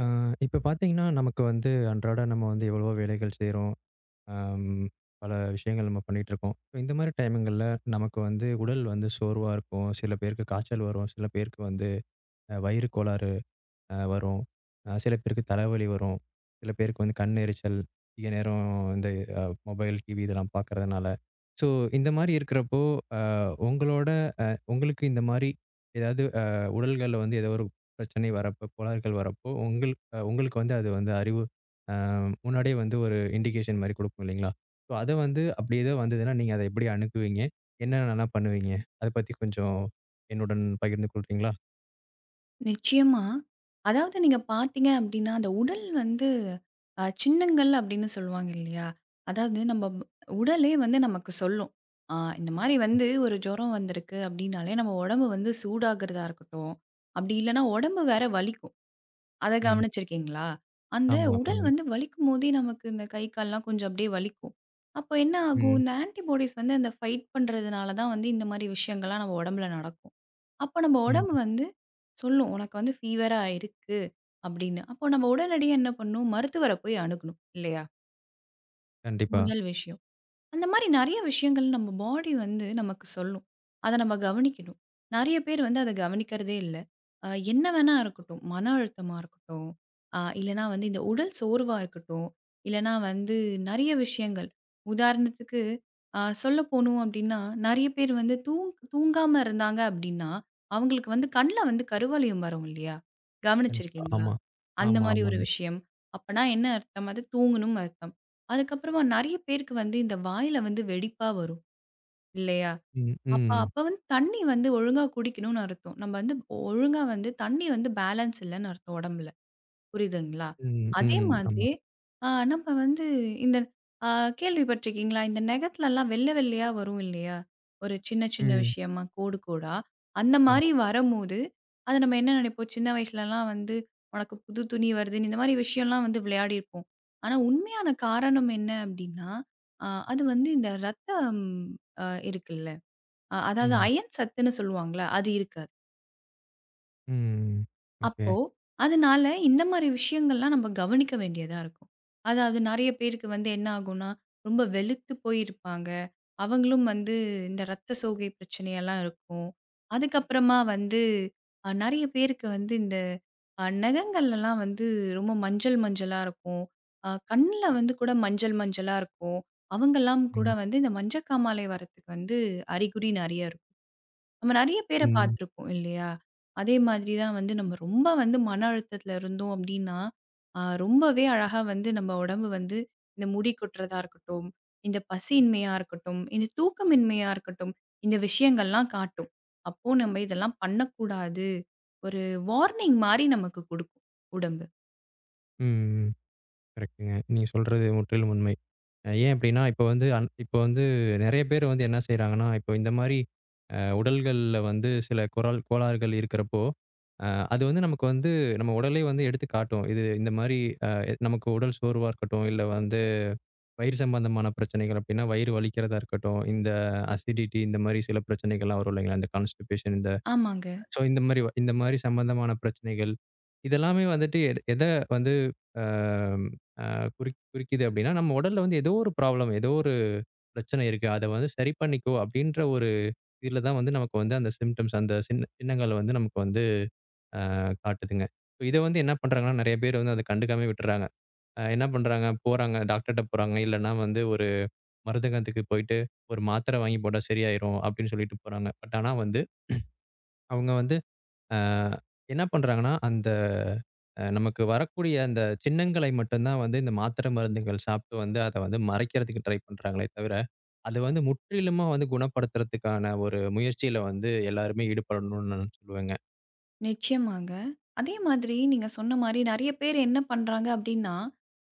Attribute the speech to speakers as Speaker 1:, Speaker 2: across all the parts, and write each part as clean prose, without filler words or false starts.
Speaker 1: ஆ, இப்ப பார்த்தீங்கன்னா, நமக்கு வந்து அன்றாட நம்ம வந்து எவ்வளவோ வேலைகள் செய்றோம். அம் பல விஷயங்கள் நம்ம பண்ணிட்டுருக்கோம். இந்த மாரி டைமுங்கள்ல நமக்கு வந்து உடல் வந்து சோர்வா இருக்கும். சில பேருக்கு காய்ச்சல் வரும். சில பேருக்கு வந்து வயிறு கோளாறு வரும். சில பேருக்கு தலைவலி வரும். சில பேருக்கு வந்து கண் எரிச்சல், அதிக நேரம் இந்த அ மொபைல், டிவி இதெல்லாம் பார்க்கறதுனால. ஸோ, இந்த மாரி இருக்கிறப்போ, அ உங்களோட அ உங்களுக்கு இந்த மாரி ஏதாவது உடல்கள்ல வந்து ஏதோ ஒரு பிரச்சனை வரப்போ, கோளாறுகள் வரப்போ, உங்கள் அ உங்களுக்கு வந்து அது வந்து அறிவு அ முன்னாடியே வந்து ஒரு இண்டிகேஷன் மாரி குடுக்கும் இல்லைங்களா? ஸோ, அத வந்து அப்படி ஏதோ வந்ததுன்னா, நீங்க அத எப்படி அணுகுவீங்க? என்னென்னலாம் பண்ணுவீங்க? அத பத்தி கொஞ்சம் என்னுடன் பகிர்ந்து கொள்றீங்களா?
Speaker 2: நிச்சயமா. அதாவது நீங்க பார்த்தீங்க அப்டின்னா, அந்த உடல் வந்து சின்னங்கள் அப்டின்னு சொல்லுவாங்க இல்லையா? அதாவது உடலே வந்து நமக்கு சொல்லும். ஆ இந்த மாரி வந்து ஒரு ஜுரம் வந்திருக்கு அப்டின்னாலே, நம்ம உடம்பு வந்து சூடாகுறதா இருக்கட்டும், அப்டி இல்லன்னா உடம்பு வேற வலிக்கும். அத
Speaker 1: ம்.
Speaker 2: கவனிச்சிருக்கீங்களா? அந்த
Speaker 1: ஆமா,
Speaker 2: உடல்
Speaker 1: ஆமாங்க.
Speaker 2: வந்து வலிக்கும்போதே நமக்கு இந்த கை, கால்லாம் கொஞ்சம் அப்டியே வலிக்கும். அப்போ என்ன ஆகும்?
Speaker 1: ம்.
Speaker 2: இந்த ஆன்டிபாடிஸ் வந்து அந்த ஃபைட் பண்றதுனால தான் வந்து இந்த மாரி விஷயங்கள்லாம் நம்ம உடம்புல நடக்கும். அப்போ நம்ம உடம்பு
Speaker 1: ம்.
Speaker 2: வந்து சொல்லும், "உனக்கு வந்து ஃபீவரா இருக்கு" அப்படின்னு. அப்போ நம்ம உடனடியா என்ன பண்ணணும்? மருத்துவர போய் அணுகணும் இல்லையா?
Speaker 1: கண்டிப்பா,
Speaker 2: முதல் விஷயம். அந்த மாரி நெறைய விஷயங்கள் நம்ம பாடி வந்து நமக்கு சொல்லும். அத நம்ம கவனிக்கணும். நெறைய பேர் வந்து அத கவனிக்கிறதே இல்ல. என்ன வேணா இருக்கட்டும். மன அழுத்தமா இருக்கட்டும், இல்லன்னா வந்து இந்த உடல் சோர்வா இருக்கட்டும், இல்லன்னா வந்து நெறைய விஷயங்கள். உதாரணத்துக்கு சொல்ல போணும் அப்டின்னா, நெறைய பேர் வந்து தூங்காம இருந்தாங்க அப்டின்னா, அவங்களுக்கு வந்து கண்ல வந்து கருவளையம் வரும் இல்லையா?
Speaker 1: கண்டிப்பா.
Speaker 2: கவனிச்சிருக்கீங்களா?
Speaker 1: ஆமா.
Speaker 2: அந்த
Speaker 1: ஆமா,
Speaker 2: மாரி ஒரு
Speaker 1: ஆமாங்க.
Speaker 2: விஷயம். அப்பன்னா என்ன அர்த்தம்? அது தூங்கணும்னு அர்த்தம். அதுக்கப்புறமா நெறைய பேருக்கு வந்து இந்த வாயில வந்து வெடிப்பா வரும் இல்லையா?
Speaker 1: ம்,
Speaker 2: அப்ப
Speaker 1: ம்,
Speaker 2: அப்ப வந்து தண்ணி வந்து ஒழுங்கா குடிக்கணும்னு அர்த்தம். நம்ம வந்து ஒழுங்கா வந்து தண்ணி வந்து பேலன்ஸ் இல்லன்னு அர்த்தம் உடம்புல. புரியுதுங்களா?
Speaker 1: ம்,
Speaker 2: அதே
Speaker 1: ம். ஆமா.
Speaker 2: மாதிரி நம்ம வந்து இந்த அ கேள்விப்பட்டிருக்கீங்களா? இந்த நெகத்துலலாம் வெள்ள வெள்ளையா வரும் இல்லையா? ஒரு சின்ன சின்ன
Speaker 1: ம்.
Speaker 2: விஷயமா கோடு கோடா. அந்த
Speaker 1: ஆமா.
Speaker 2: மாரி வரம்போது, அத நம்ம என்ன நினைப்போம்? சின்ன வயசுலலாம் வந்து உனக்கு புது துணி வருதுன்னு இந்த மாரி விஷயம்லாம் வந்து விளையாடியிருப்போம். ஆனா உண்மையான காரணம் என்ன அப்டின்னா, அ அது வந்து இந்த ரத்தம் அ இருக்குல்ல. அதாவது
Speaker 1: ம்,
Speaker 2: அயன் சத்துன்னு சொல்லுவாங்கல்ல, அது இருக்காது.
Speaker 1: ம். ஓகே.
Speaker 2: அப்போ, அதனால இந்த மாரி விஷயங்கள்லாம் நம்ம கவனிக்க வேண்டியதா இருக்கும். அதாவது நெறைய பேருக்கு வந்து என்ன ஆகும்னா, ரொம்ப வெளுத்து போயிருப்பாங்க. அவங்களும் வந்து இந்த ரத்த சோகை பிரச்சனையெல்லாம் இருக்கும். அதுக்கப்புறமா வந்து நெறைய பேருக்கு வந்து இந்த நகங்கள்லலாம் வந்து ரொம்ப மஞ்சள் மஞ்சளா இருக்கும். கண்ல வந்து கூட மஞ்சள் மஞ்சளா இருக்கும். அவங்கலாம் கூட
Speaker 1: ம்,
Speaker 2: வந்து இந்த மஞ்சக்காமாலை வரத்துக்கு வந்து அறிகுறி நெறைய இருக்கும். நம்ம நெறைய பேர
Speaker 1: ம்,
Speaker 2: பார்த்துருப்போம் இல்லையா? அதே மாதிரி தான் வந்து நம்ம ரொம்ப வந்து மன அழுத்தத்தில இருந்தோம் அப்டின்னா, ரொம்பவே அழகா வந்து நம்ம உடம்பு வந்து இந்த முடி கொட்டுறதா இருக்கட்டும், இந்த பசியின்மையா இருக்கட்டும், இந்த தூக்கமின்மையா இருக்கட்டும், இந்த விஷயங்கள்லாம் காட்டும். அப்போ நம்ம இதெல்லாம் பண்ணக்கூடாது. ஒரு வார்னிங் மாரி நமக்கு குடுக்கும் உடம்பு.
Speaker 1: ம். கரெக்ட்டுங்க. நீங்க சொல்றது முற்றிலும் உண்மை. ஏன் அப்டின்னா, இப்ப வந்து இப்ப வந்து நெறைய பேர் வந்து என்ன செய்றாங்கன்னா, இப்போ இந்த மாரி உடல்கள்ல வந்து சில குரல் கோளாறுகள் இருக்கிறப்போ, அ அது வந்து நமக்கு வந்து நம்ம உடலே வந்து எடுத்து காட்டும். இது இந்த மாரி அ நமக்கு உடல் சோர்வா இருக்கட்டும், இல்ல வந்து வயிறு சம்பந்தமான பிரச்சனைகள் அப்படின்னா, வயிறு வலிக்கிறதா இருக்கட்டும், இந்த அசிடிட்டி இந்த மாரி சில பிரச்சனைகள்லாம் வரும் இல்லைங்களா? இந்த கான்ஸ்டிபேஷன்
Speaker 2: ஆமாங்க.
Speaker 1: ஸோ இந்த மாரி சம்பந்தமான பிரச்சனைகள். இதெல்லாமே வந்துட்டு எ எத எதை வந்து அ அ குறி குறிக்குது அப்படின்னா, நம்ம உடல்ல வந்து ஏதோ ஒரு ப்ராப்ளம், ஏதோ ஒரு பிரச்சனை இருக்கு. அத வந்து சரி பண்ணிக்கோ அப்படின்ற இதுல தான் வந்து நமக்கு வந்து அந்த சிம்ப்டம்ஸ் அந்த சின்ன சின்னங்கள் வந்து நமக்கு வந்து அ காட்டுதுங்க. இத வந்து என்ன பண்றாங்கன்னா, நெறைய பேர் வந்து அத கண்டுக்காமயே விட்டுர்றாங்க. என்ன பண்றாங்க, போறாங்க டாக்டர்ட்ட போறாங்க. இல்லன்னா வந்து ஒரு மருந்தகத்துக்கு போயிட்டு, ஒரு மாத்திரை வாங்கி போட்டா சரியாயிரும் அப்படின்னு சொல்லிட்டு போறாங்க. ஆனா வந்து, அவங்க வந்து அ என்ன பண்றாங்கன்னா, அந்த நமக்கு வரக்கூடிய அந்த சின்னங்களை மட்டும் தான் வந்து இந்த மாத்திரை மருந்துகள் சாப்பிட்டு வந்து அத வந்து மறைக்கிறதுக்கு ட்ரை பண்றாங்களே தவிர, அது வந்து முற்றிலுமா வந்து குணப்படுத்துறதுக்கான ஒரு முயற்சியில வந்து எல்லாருமே ஈடுபடணும்னு நான் சொல்லுவேங்க.
Speaker 2: நிச்சயமாங்க. அதே மாதிரி நீங்க சொன்ன மாரி நெறைய பேர் என்ன பண்றாங்க அப்டின்னா,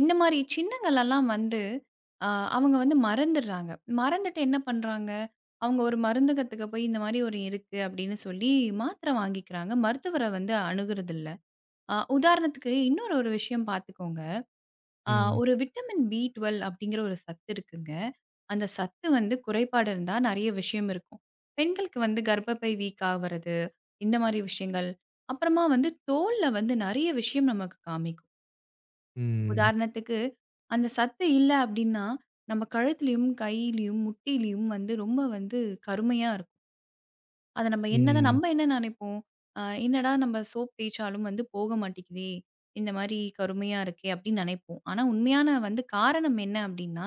Speaker 2: இந்த மாரி சின்னங்களெல்லாம் வந்து அ அவங்க வந்து மறந்துடுறாங்க. மறந்துட்டு என்ன பண்றாங்க, அவங்க ஒரு மருந்தகத்துக்கு போய் இந்த மாரி ஒரு இருக்கு அப்டின்னு சொல்லி மாத்திரை வாங்கிக்கிறாங்க. மருத்துவர வந்து அணுகுறதில்ல. உதாரணத்துக்கு இன்னொரு ஒரு விஷயம் பார்த்துக்கோங்க. ஆ,
Speaker 1: ம்.
Speaker 2: ஒரு விட்டமின் B12 அப்படிங்கிற ஒரு சத்து இருக்குங்க. அந்த சத்து வந்து குறைபாடு இருந்தா நெறைய விஷயம் இருக்கும். பெண்களுக்கு வந்து கர்ப்பப்பை வீக் ஆவறது, இந்த மாரி விஷயங்கள். அப்புறமா வந்து தோல்ல வந்து நெறைய விஷயம் நமக்கு காமிக்கும்.
Speaker 1: ம்.
Speaker 2: உதாரணத்துக்கு, அந்த சத்து இல்ல அப்படின்னா, நம்ம கழுத்துலயும், கையிலயும், முட்டிலயும் வந்து ரொம்ப வந்து கருமையா இருக்கும். அத நம்ம என்னதான்
Speaker 1: ம்.
Speaker 2: நம்ம என்ன நினைப்போம்? என்னடா நம்ம சோப் தேய்ச்சாலும் வந்து போக மாட்டேங்குதே! இந்த மாரி கருமையா இருக்கே! அப்படின்னு நினைப்போம். ஆனா உண்மையான வந்து காரணம் என்ன அப்படின்னா,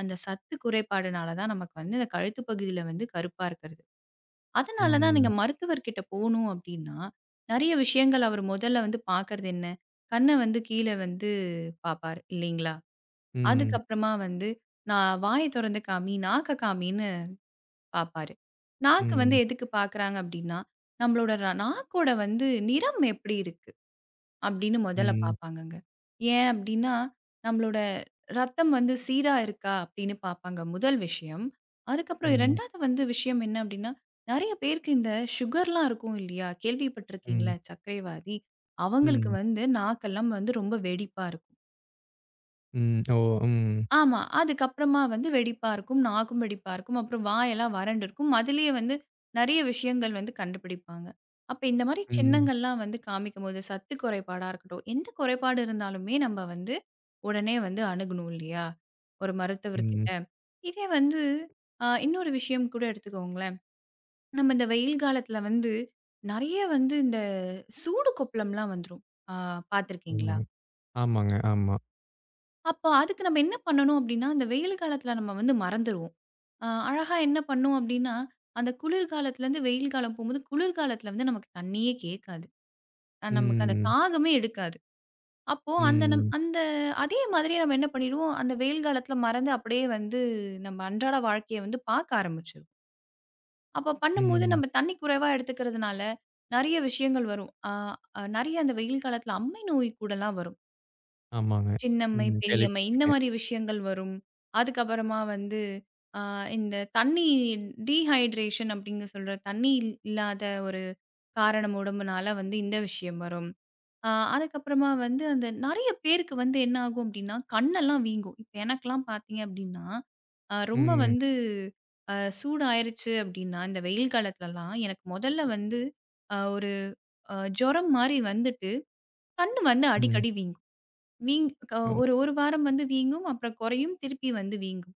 Speaker 2: அந்த சத்து குறைபாடுனால தான் நமக்கு வந்து இந்த கழுத்து பகுதியில வந்து கருப்பா இருக்கிறது. அதனால தான் நீங்க
Speaker 1: ம்.
Speaker 2: மருத்துவர்கிட்ட போணும் அப்படின்னா, நெறைய விஷயங்கள் அவர் முதல்ல வந்து பார்க்கறது என்ன? கண்ண வந்து கீழ வந்து பார்ப்பாரு இல்லைங்களா?
Speaker 1: ம்.
Speaker 2: அதுக்கப்புறமா வந்து நான் வாய தொறந்து காமி, நாக்க காமின்னு பாப்பாரு. நாக்கு வந்து
Speaker 1: ம்.
Speaker 2: எதுக்கு பாக்குறாங்க அப்டின்னா, நம்மளோட நாக்கோட வந்து நிறம் எப்படி இருக்கு? அப்டின்னு முதல்ல
Speaker 1: ம்.
Speaker 2: பாப்பாங்கங்க. ஏன் அப்டின்னா, நம்மளோட ரத்தம் வந்து சீரா இருக்கா? அப்டின்னு பாப்பாங்க முதல் விஷயம். அதுக்கப்புறம்
Speaker 1: ம்.
Speaker 2: 2வது வந்து விஷயம் என்ன அப்டின்னா, நெறைய பேருக்கு இந்த சுகர்லாம் இருக்கும் இல்லையா?
Speaker 1: ம்.
Speaker 2: கேள்விப்பட்டிருக்கீங்களா? சர்க்கரைவாதி. அவங்களுக்கு
Speaker 1: ம்.
Speaker 2: வந்து நாக்கெல்லாம் வந்து ரொம்ப வெடிப்பா இருக்கும்.
Speaker 1: ம். ஓ! ம்.
Speaker 2: ஆமா. அதுக்கப்புறமா வந்து வெடிப்பா இருக்கும். நாக்கும் வெடிப்பா இருக்கும். அப்புறம் வாயெல்லாம் வறண்டு இருக்கும். அதிலேயே வந்து நெறைய விஷயங்கள் வந்து கண்டுபிடிப்பாங்க. அப்ப இந்த மாரி
Speaker 1: ம்.
Speaker 2: சின்னங்கள்லாம் வந்து காமிக்கும்போது, சத்து குறைபாடா இருக்கட்டும், எந்த குறைபாடு இருந்தாலுமே நம்ம வந்து உடனே வந்து அணுகணும் இல்லையா? ஒரு
Speaker 1: ம்.
Speaker 2: மருத்துவர்கிட்ட. இதே வந்து இன்னொரு விஷயம் கூட எடுத்துக்கோங்களேன். நம்ம இந்த வெயில் காலத்துல வந்து நெறைய வந்து இந்த சூடு கொப்பளம்லாம் வந்துரும். ஆ
Speaker 1: ஆமா.
Speaker 2: பார்த்துருக்கீங்களா?
Speaker 1: ஆமாங்க. ஆமா.
Speaker 2: அப்போ அதுக்கு நம்ம என்ன பண்ணணும் அப்டின்னா, இந்த வெயில் காலத்துல நம்ம வந்து மறந்துருவோம். அழகா என்ன பண்ணும் அப்டின்னா, அந்த குளிர் காலத்துலருந்து வெயில் காலம் போம்போது, குளிர் காலத்துல வந்து நமக்கு தண்ணியே கேட்காது. நமக்கு அந்த
Speaker 1: ம்.
Speaker 2: தாகமே எடுக்காது. அப்போ அந்த நம்
Speaker 1: ம்.
Speaker 2: அந்த அதே மாதிரியே நம்ம என்ன பண்ணிடுவோம், அந்த வெயில் காலத்துல மறந்து அப்படியே வந்து நம்ம அன்றாட வாழ்க்கைய வந்து பாக்க ஆரம்பிச்சுருவோம். அப்ப பண்ணும்போது
Speaker 1: ம்.
Speaker 2: நம்ம தண்ணி குறைவா எடுத்துக்கிறதுனால, நெறைய விஷயங்கள் வரும். அ அ நெறைய அந்த வெயில் காலத்துல அம்மை நோய் கூடலாம் வரும்.
Speaker 1: ஆமாங்க.
Speaker 2: சின்னம்மை,
Speaker 1: ம்.
Speaker 2: பெரியம்மை இந்த
Speaker 1: கேள்விப்பட்டுருக்கேன்.
Speaker 2: மாரி விஷயங்கள் வரும். அதுக்கப்புறமா வந்து அ இந்த தண்ணி டீஹைட்ரேஷன் அப்டின்னு சொல்ற தண்ணி இல்லாத ஒரு காரணம் உடம்புனால வந்து இந்த விஷயம் வரும். அதுக்கப்புறமா வந்து அந்த நெறைய பேருக்கு வந்து என்ன ஆகும் அப்டின்னா, கண்ணெல்லாம் வீங்கும். இப்ப எனக்கெல்லாம் பார்த்தீங்க அப்டின்னா, ரொம்ப
Speaker 1: ம்.
Speaker 2: வந்து சூடாயிருச்சு அப்டின்னா, இந்த வெயில் காலத்துலலாம் எனக்கு மொதல்ல வந்து ஒரு ஜுரம் மாரி வந்துட்டு, கண்ணு வந்து
Speaker 1: ம்.
Speaker 2: அடிக்கடி வீங்கும். வீங் க
Speaker 1: ஓ!
Speaker 2: ஒரு 1 வாரம் வந்து வீங்கும். அப்புறம் குறையும். திருப்பி வந்து வீங்கும்.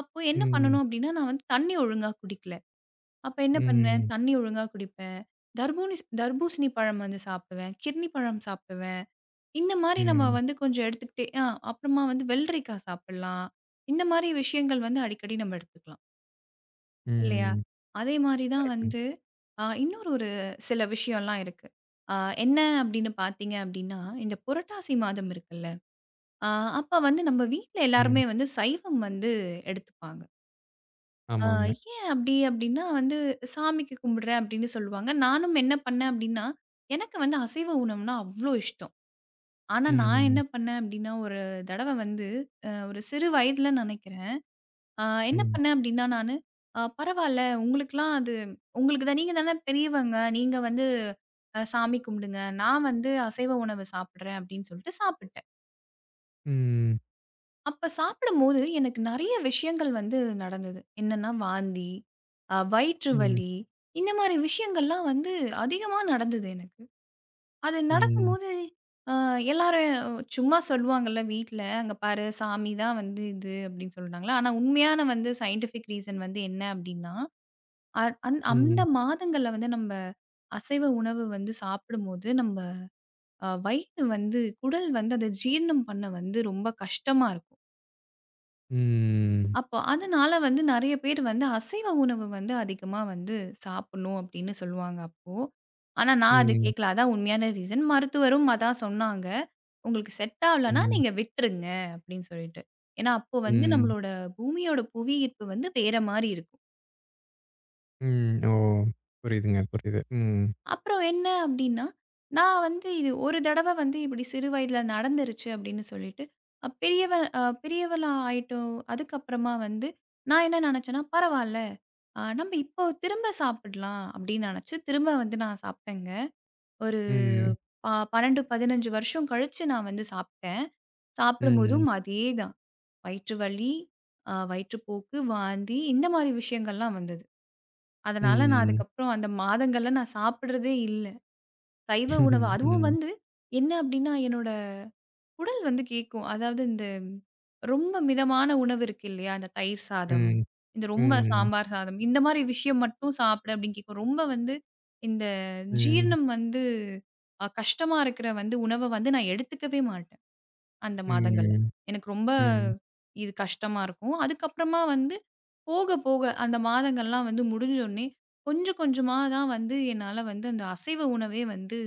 Speaker 2: அப்போ என்ன
Speaker 1: ம்.
Speaker 2: பண்ணணும் அப்டின்னா, நான் வந்து தண்ணீ ஒழுங்கா குடிக்கல. அப்ப என்ன பண்ணுவேன்,
Speaker 1: ம்.
Speaker 2: தண்ணீ ஒழுங்கா குடிப்பேன். தர்பூசணி பழம் வந்து சாப்பிடுவேன். கிர்னி பழம் சாப்பிடுவேன். இந்த மாரி நம்ம
Speaker 1: ம்.
Speaker 2: வந்து கொஞ்சம் எடுத்துக்கிட்டே ஆ அப்புறமா வந்து வெள்ளரிக்காய் சாப்பிடலாம். இந்த மாரி விஷயங்கள் வந்து அடிக்கடி நம்ம எடுத்துக்கலாம். இல்லையா?
Speaker 1: ம்.
Speaker 2: அதே மாரி தான்
Speaker 1: கரெக்ட்டுங்க.
Speaker 2: வந்து இன்னொரு ஒரு சில விஷயம்லாம் இருக்கு. அ என்ன அப்டின்னு பார்த்தீங்க அப்டின்னா, இந்த புரட்டாசி மாதம் இருக்குல்ல ஆ அப்ப வந்து நம்ம வீட்ல
Speaker 1: ம்.
Speaker 2: எல்லாருமே வந்து சைவம் வந்து எடுத்துப்பாங்க. ஆ
Speaker 1: ஆமாங்க.
Speaker 2: ஏன் அப்படி அப்படின்னா வந்து சாமிக்கு கும்பிடுறேன் அப்படின்னு சொல்லுவாங்க. நானும் என்ன பண்ணேன் அப்படின்னா, எனக்கு வந்து அசைவ உணவுனா அவ்ளோ இஷ்டம். ஆனா நான் என்ன
Speaker 1: ம்.
Speaker 2: பண்ணேன் அப்படின்னா, ஒரு தடவ வந்து ஒரு சிறு வயதுல நினைக்கிறேன். ஆ என்ன
Speaker 1: ம்.
Speaker 2: பண்ணேன் அப்படின்னா நானு, பரவால்ல உங்களுக்கெல்லாம் அது உங்களுக்கு தான் நீங்க தானே பெரியவங்க. நீங்க வந்து சாமி கும்பிடுங்க. நான் வந்து அசைவ உணவு சாப்பிடுறேன் அப்படின்னு சொல்லிட்டு சாப்பிட்டேன்.
Speaker 1: ம்.
Speaker 2: அப்ப சாப்பிடும்போது எனக்கு நெறைய விஷயங்கள் வந்து நடந்தது. என்னன்னா வாந்தி, வயிற்று
Speaker 1: ம்.
Speaker 2: வலி இந்த மாரி விஷயங்கள்லாம் வந்து அதிகமா நடந்தது எனக்கு. அது
Speaker 1: ம்.
Speaker 2: நடக்கும்போது அ எல்லாரும் சும்மா சொல்லுவாங்கல்ல வீட்ல, "அங்க பாரு சாமி தான் வந்து இது" அப்படின்னு சொல்றாங்களா. ஆனா உண்மையான வந்து சயின்டிஃபிக் ரீசன் வந்து என்ன அப்படின்னா, அ அந் அந்த
Speaker 1: ம்.
Speaker 2: மாதங்கள்ல வந்து நம்ப அசைவ உணவு வந்து சாப்பிடும்போது, நம்ப வயிறு வந்து குடல் வந்து அத ஜீரணம் பண்ண வந்து ரொம்ப கஷ்டமா இருக்கும்.
Speaker 1: ம்.
Speaker 2: அப்போ அதனால வந்து நெறைய பேர் வந்து அசைவ உணவு வந்து அதிகமா வந்து சாப்பிடணும் அப்படின்னு சொல்லுவாங்க அப்போ. ஆனா நான் அது
Speaker 1: ம்.
Speaker 2: கேட்கல. அதான் உண்மையான ரீசன். மருத்துவரும் அதான் சொன்னாங்க. உங்களுக்கு செட் ஆகலன்னா
Speaker 1: ம்.
Speaker 2: நீங்க விட்டுருங்க அப்படின்னு சொல்லிட்டு. ஏன்னா அப்போ வந்து
Speaker 1: ம்.
Speaker 2: நம்மளோட பூமியோட புவியீர்ப்பு வந்து வேற மாரி இருக்கும்.
Speaker 1: ம். ஓ! புரியுதுங்க, புரியுது. ம்.
Speaker 2: அப்புறம் என்ன அப்டின்னா, நான் வந்து இது ஒரு தடவ வந்து இப்படி சிறு வயதில நடந்துருச்சு அப்படின்னு சொல்லிட்டு, அ பெரியவ அ பெரியவளா ஆயிட்டோம். அதுக்கப்புறமா வந்து நான் என்ன நெனச்சேன்னா, பரவால்ல. நம்ப இப்போ திரும்ப சாப்பிடலாம் அப்படின்னு நெனச்சு, திரும்ப வந்து நான் சாப்ட்டேங்க. ஒரு
Speaker 1: ம்.
Speaker 2: ப 12, 15 வருஷம் கழிச்சு நான் வந்து சாப்ட்டேன்.
Speaker 1: ம்.
Speaker 2: சாப்பிடும்போதும் அதே தான். வயிற்று வலி, வயிற்றுப்போக்கு, வாந்தி இந்த மாரி விஷயங்கள்லாம் வந்தது. அதனால நான்
Speaker 1: ம்.
Speaker 2: அதுக்கப்புறம் அந்த மாதங்கள்ல நான் சாப்பிடுறதே இல்ல. சைவ உணவு.
Speaker 1: ம்.
Speaker 2: அதுவும்
Speaker 1: ம்.
Speaker 2: வந்து என்ன அப்டின்னா, என்னோட குடல் வந்து கேக்கும். அதாவது இந்த ரொம்ப மிதமான உணவு இருக்கு இல்லையா? இந்த தயிர் சாதம்,
Speaker 1: ம்.
Speaker 2: இந்த ரொம்ப
Speaker 1: ம்.
Speaker 2: சாம்பார் சாதம், இந்த மாரி விஷயம் மட்டும் சாப்பிடு அப்டின்னு கேக்கும். ரொம்ப வந்து இந்த ஜீரணம் வந்து கஷ்டமா இருக்கிற வந்து உணவ வந்து நான் எடுத்துக்கவே மாட்டேன். அந்த மாதங்கள்ல.
Speaker 1: ம்.
Speaker 2: எனக்கு ரொம்ப
Speaker 1: ம்.
Speaker 2: இது கஷ்டமா இருக்கும். அதுக்கப்புறமா வந்து போக, போக அந்த மாதங்கள்லாம் வந்து முடிஞ்சோனே, கொஞ்சம் கொஞ்சமா தான் வந்து என்னால வந்து அந்த அசைவ உணவே வந்து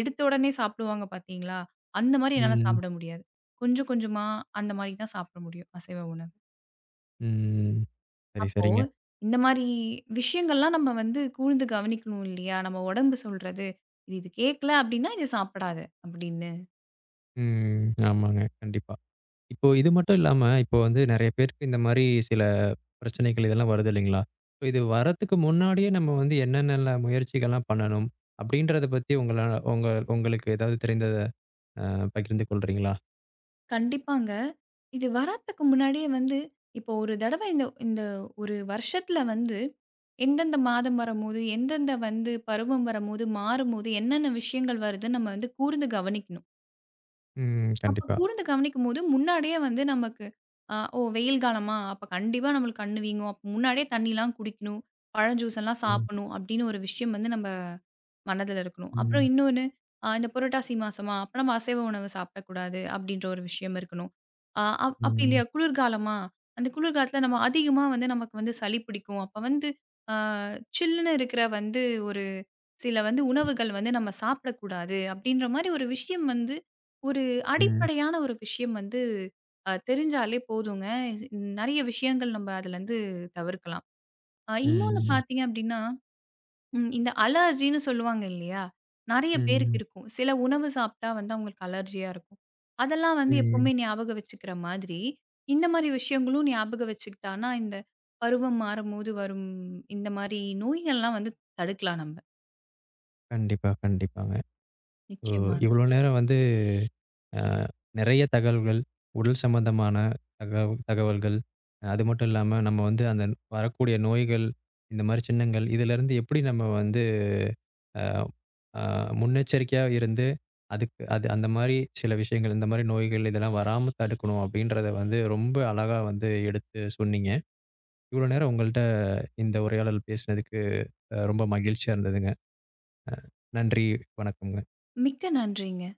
Speaker 2: எடுத்த உடனே சாப்பிடுவாங்க பார்த்தீங்களா? அந்த மாரி என்னால
Speaker 1: ம்.
Speaker 2: சாப்பிட முடியாது. கொஞ்சம் கொஞ்சமா அந்த மாரி தான் சாப்பிட முடியும், அசைவ உணவு.
Speaker 1: ம். சரி,
Speaker 2: அப்போ
Speaker 1: சரிங்க.
Speaker 2: இந்த மாரி விஷயங்கள்லாம் நம்ம வந்து கூர்ந்து கவனிக்கணும் இல்லையா? நம்ம உடம்பு சொல்றது, "இது இது கேட்கல அப்டின்னா, இத சாப்பிடாத" அப்டின்னு.
Speaker 1: ம். ஆமாங்க. கண்டிப்பா. இப்போ இது மட்டும் இல்லாம, இப்போ வந்து நெறைய பேருக்கு இந்த மாரி சில பிரச்சனைகள் இதெல்லாம் வருது இல்லைங்களா? இப்ப இது வரத்துக்கு முன்னாடியே நம்ம வந்து என்னென்னல முயற்சிகள்லாம் பண்ணணும்? அப்படின்றத பத்தி உங்க உங்களுக்கு ஏதாவது தெரிந்தத அ பகிர்ந்து கொள்றீங்களா?
Speaker 2: கண்டிப்பாங்க. இது வர்றதுக்கு முன்னாடியே வந்து இப்போ ஒரு தடவ இந்த இந்த ஒரு வருஷத்துல வந்து எந்தெந்த மாதம் வரும்போது, எந்தெந்த வந்து பருவம் வரும்போது, மாறும்போது என்னென்ன விஷயங்கள் வருதுன்னு நம்ம வந்து கூர்ந்து கவனிக்கணும்.
Speaker 1: ம்.
Speaker 2: அப்ப
Speaker 1: கண்டிப்பா.
Speaker 2: கூர்ந்து கவனிக்கும்போது முன்னாடியே வந்து நமக்கு ஓ வெயில் காலமா? அப்ப கண்டிப்பா நம்மளுக்கு கண்ணு வீங்கும். அப்ப முன்னாடியே தண்ணிலாம் குடிக்கணும். பழம் ஜூஸ் எல்லாம்
Speaker 1: ம்.
Speaker 2: சாப்பிடணும் அப்படின்னு ஒரு விஷயம் வந்து நம்ம மனதில இருக்கணும். அப்புறம்
Speaker 1: ம்.
Speaker 2: இன்னொன்னு, இந்த புரட்டாசி மாசமா, அப்ப நம்ம அசைவ உணவு சாப்பிடக்கூடாது அப்படின்ற ஒரு விஷயம் இருக்கணும். அ அப் அப்படி
Speaker 1: ம்.
Speaker 2: இல்லையா குளிர்காலமா, அந்த குளிர்காலத்தில நம்ம அதிகமா வந்து நமக்கு வந்து சளி பிடிக்கும். அப்ப வந்து அ சில்லுன்னு இருக்கிற வந்து ஒரு சில வந்து உணவுகள் வந்து நம்ம சாப்பிடக்கூடாது அப்படின்ற மாரி ஒரு விஷயம் வந்து ஒரு
Speaker 1: ம்.
Speaker 2: அடிப்படையான ஒரு விஷயம் வந்து தெரிஞ்சாலே போதுங்க. நெறைய விஷயங்கள் நம்ம அதுலருந்து தவிர்க்கலாம். இன்னொன்னு
Speaker 1: ம்.
Speaker 2: பார்த்தீங்க அப்படின்னா ம். இந்த அலர்ஜின்னு சொல்லுவாங்க இல்லையா? நெறைய பேருக்கு
Speaker 1: ம்.
Speaker 2: இருக்கும். சில உணவு சாப்ட்டா வந்து அவங்களுக்கு அலர்ஜியா இருக்கும். அதெல்லாம் வந்து
Speaker 1: ம்.
Speaker 2: எப்பவுமே ஞாபகம் வச்சுக்கிற மாதிரி, இந்த மாரி விஷயங்களும் ஞாபகம் வச்சுக்கிட்டான்னா, இந்த பருவம் மாறும்போது வரும் இந்த மாரி நோய்கள்லாம் வந்து தடுக்கலாம் நம்ப.
Speaker 1: கண்டிப்பா, கண்டிப்பாங்க. ஓ!
Speaker 2: நிச்சயமாங்க.
Speaker 1: இவ்வளோ நேரம் வந்து அ நெறைய தகவல்கள், உடல் சம்மந்தமான தகவல்கள். அது மட்டும் இல்லாம நம்ம வந்து அந்த வரக்கூடிய நோய்கள், இந்த மாரி சின்னங்கள் இதிலருந்து எப்படி நம்ம வந்து அ முன்னெச்சரிக்கையா இருந்து, அது அந்த மாரி சில விஷயங்கள், இந்த மாரி நோய்கள் இதெல்லாம் வராம தடுக்கணும் அப்படின்றத வந்து ரொம்ப அழகா வந்து எடுத்து சொன்னீங்க. இவ்வளோ நேரம் உங்கள்ட்ட இந்த உரையாடல் பேசினதுக்கு ரொம்ப மகிழ்ச்சியா இருந்ததுங்க. நன்றி, வணக்கம்ங்க.
Speaker 2: மிக்க நன்றிங்க.